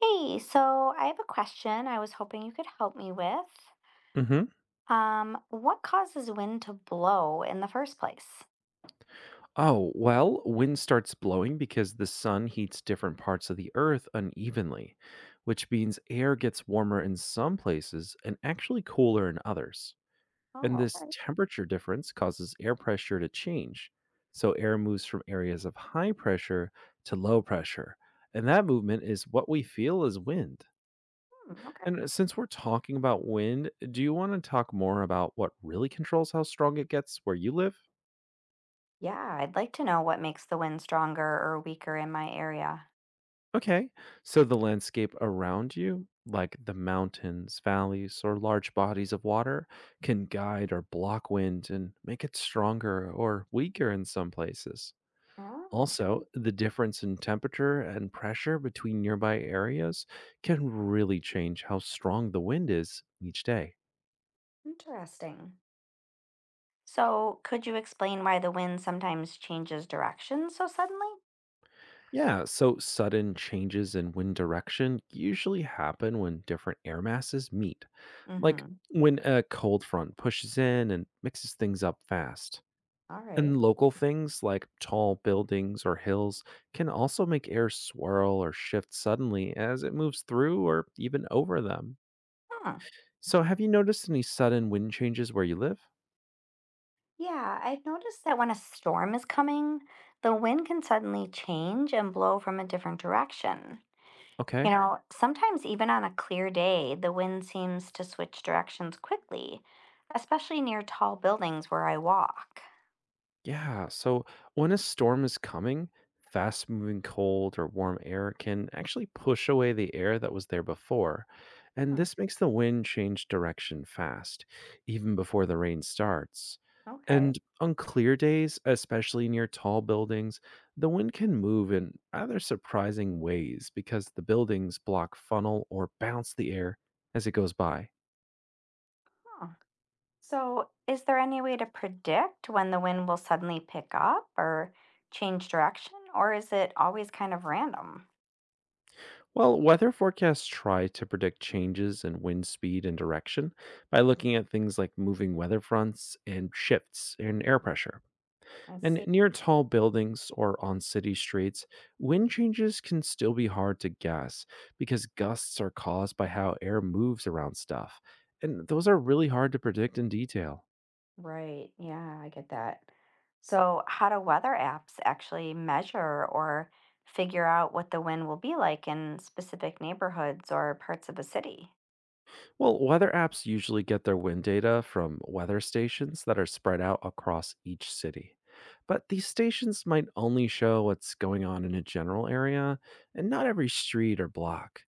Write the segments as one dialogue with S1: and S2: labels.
S1: Hey, so I have a question I was hoping you could help me with.
S2: Mhm.
S1: What causes wind to blow in the first place?
S2: Oh, well, wind starts blowing because the sun heats different parts of the earth unevenly, which means air gets warmer in some places and actually cooler in others. And
S1: Oh.
S2: this temperature difference causes air pressure to change. So air moves from areas of high pressure to low pressure. And that movement is what we feel as wind.
S1: Hmm, okay.
S2: And since we're talking about wind, do you want to talk more about what really controls how strong it gets where you live?
S1: Yeah, I'd like to know what makes the wind stronger or weaker in my area.
S2: Okay. So the landscape around you, like the mountains, valleys, or large bodies of water, can guide or block wind and make it stronger or weaker in some places.
S1: Oh,
S2: Also,
S1: okay.
S2: the difference in temperature and pressure between nearby areas can really change how strong the wind is each day.
S1: Interesting. So, could you explain why the wind sometimes changes direction so suddenly?
S2: Yeah, so sudden changes in wind direction usually happen when different air masses meet like
S1: Mm-hmm.
S2: when a cold front pushes in and mixes things up fast.
S1: All right.
S2: And local things like tall buildings or hills can also make air swirl or shift suddenly as it moves through or even over them.
S1: Hmm.
S2: So, have you noticed any sudden wind changes where you live?
S1: Yeah, I've noticed that when a storm is coming, the wind can suddenly change and blow from a different direction. You
S2: Okay.
S1: know, sometimes even on a clear day, the wind seems to switch directions quickly, especially near tall buildings where I walk.
S2: Yeah. So when a storm is coming, fast moving cold or warm air can actually push away the air that was there before. And
S1: Hmm,
S2: this makes the wind change direction fast, even before the rain starts.
S1: okay.
S2: And on clear days, especially near tall buildings, the wind can move in rather surprising ways because the buildings block funnel or bounce the air as it goes by.
S1: Huh. So, is there any way to predict when the wind will suddenly pick up or change direction, or is it always kind of random?
S2: Well, weather forecasts try to predict changes in wind speed and direction by looking at things like moving weather fronts and shifts in air pressure.
S1: I
S2: And
S1: see.
S2: near tall buildings or on city streets, wind changes can still be hard to guess because gusts are caused by how air moves around stuff. And those are really hard to predict in detail.
S1: Right. Yeah, I get that. So, how do weather apps actually measure or figure out what the wind will be like in specific neighborhoods or parts of a city?
S2: Well, weather apps usually get their wind data from weather stations that are spread out across each city. But these stations might only show what's going on in a general area and not every street or block.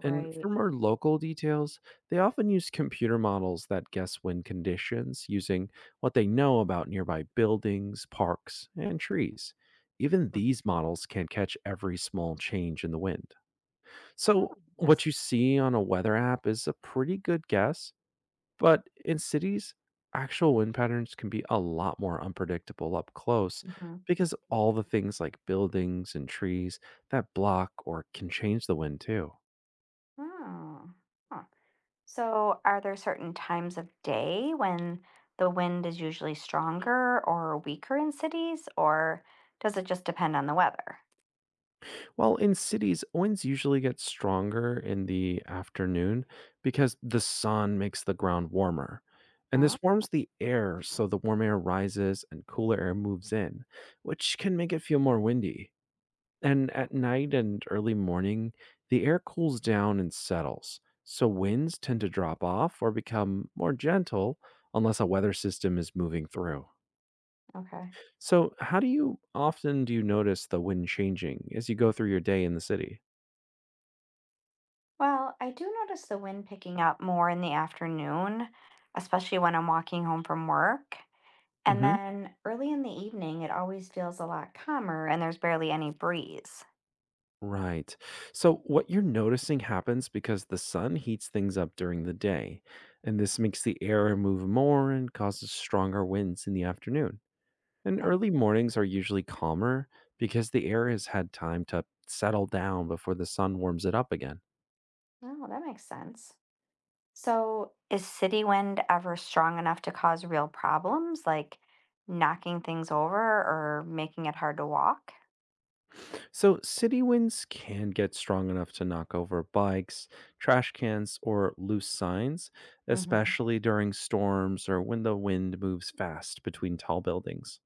S2: And for more local details, they often use computer models that guess wind conditions using what they know about nearby buildings, parks, and trees. Even
S1: Mm.
S2: these models can't catch every small change in the wind.
S1: Oh,
S2: So, what you
S1: interesting.
S2: see on a weather app is a pretty good guess, but in cities, actual wind patterns can be a lot more unpredictable up close
S1: Mhm.
S2: because of all the things like buildings and trees that block or can change the wind too.
S1: Oh, huh. So are there certain times of day when the wind is usually stronger or weaker in cities, or does it just depend on the weather?
S2: While in cities, winds usually get stronger in the afternoon because the sun makes the ground warmer. And
S1: Oh,
S2: this warms the air, so the warm air rises and cooler air moves in, which can make it feel more windy. And at night and early morning, the air cools down and settles, so winds tend to drop off or become more gentle unless a weather system is moving through.
S1: okay.
S2: So, how do you often do you notice the wind changing as you go through your day in the city?
S1: Well, I do notice the wind picking up more in the afternoon, especially when I'm walking home from work. And
S2: Hmm.
S1: then early in the evening, it always feels a lot calmer and there's barely any breeze.
S2: Right. So, what you're noticing happens because the sun heats things up during the day, and this makes the air move more and causes stronger winds in the afternoon. And
S1: Hmm.
S2: early mornings are usually calmer because the air has had time to settle down before the sun warms it up again.
S1: Oh, that makes sense. So, is city wind ever strong enough to cause real problems, like knocking things over or making it hard to walk?
S2: So, city winds can get strong enough to knock over bikes, trash cans, or loose signs,
S1: Hmm.
S2: especially during storms or when the wind moves fast between tall buildings.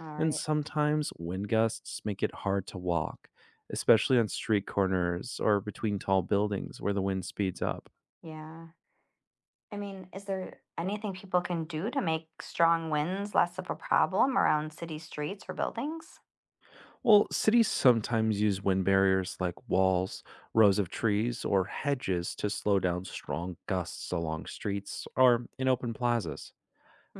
S1: All
S2: And
S1: right.
S2: sometimes wind gusts make it hard to walk, especially on street corners or between tall buildings where the wind speeds up.
S1: Yeah. I mean, is there anything people can do to make strong winds less of a problem around city streets or buildings?
S2: Well, cities sometimes use wind barriers like walls, rows of trees, or hedges to slow down strong gusts along streets or in open plazas.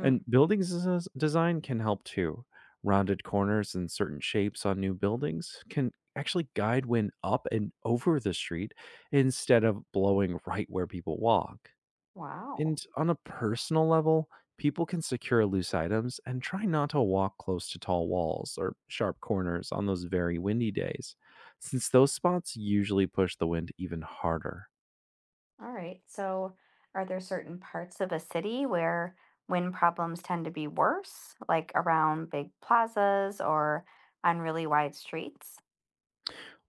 S2: And buildings design can help too. Rounded corners and certain shapes on new buildings can actually guide wind up and over the street instead of blowing right where people walk.
S1: Wow.
S2: And on a personal level, people can secure loose items and try not to walk close to tall walls or sharp corners on those very windy days, since those spots usually push the wind even harder.
S1: All right. So, are there certain parts of a city where wind problems tend to be worse, like around big plazas or on really wide streets?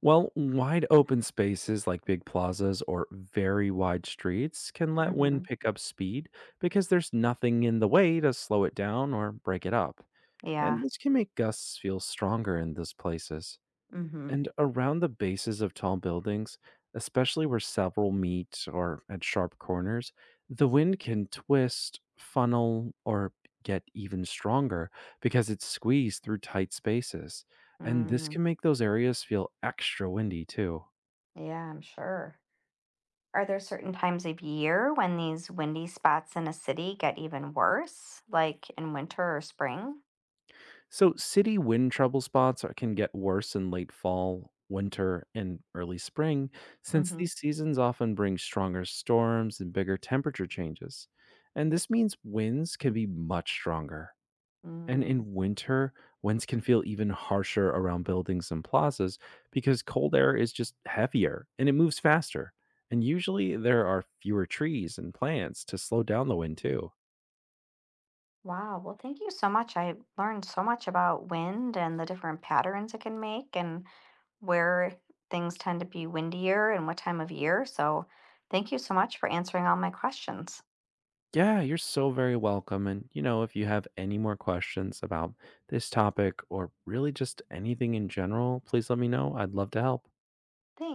S2: Well, wide open spaces like big plazas or very wide streets can let wind
S1: Hmm.
S2: pick up speed because there's nothing in the way to slow it down or break it up.
S1: Yeah.
S2: And this can make gusts feel stronger in those places.
S1: Mm-hmm.
S2: And around the bases of tall buildings, especially where several meet or at sharp corners, the wind can twist, funnel, or get even stronger because it's squeezed through tight spaces. And this
S1: Mm,
S2: can make those areas feel extra windy too.
S1: yeah, I'm sure. Are there certain times of year when these windy spots in a city get even worse, like in winter or spring?
S2: So, city wind trouble can get worse in late fall, winter, and early spring, since
S1: Mm-hmm.
S2: these seasons often bring stronger storms and bigger temperature changes. And this means winds can be much stronger. And
S1: Mm.
S2: in winter, winds can feel even harsher around buildings and plazas because cold air is just heavier and it moves faster. And usually there are fewer trees and plants to slow down the wind, too.
S1: Wow. Well, thank you so much. I learned so much about wind and the different patterns it can make and where things tend to be windier and what time of year. So, thank you so much for answering all my questions.
S2: Yeah, you're so very welcome. And, you know, if you have any more questions about this topic or really just anything in general, please let me know. I'd love to help.
S1: Thanks.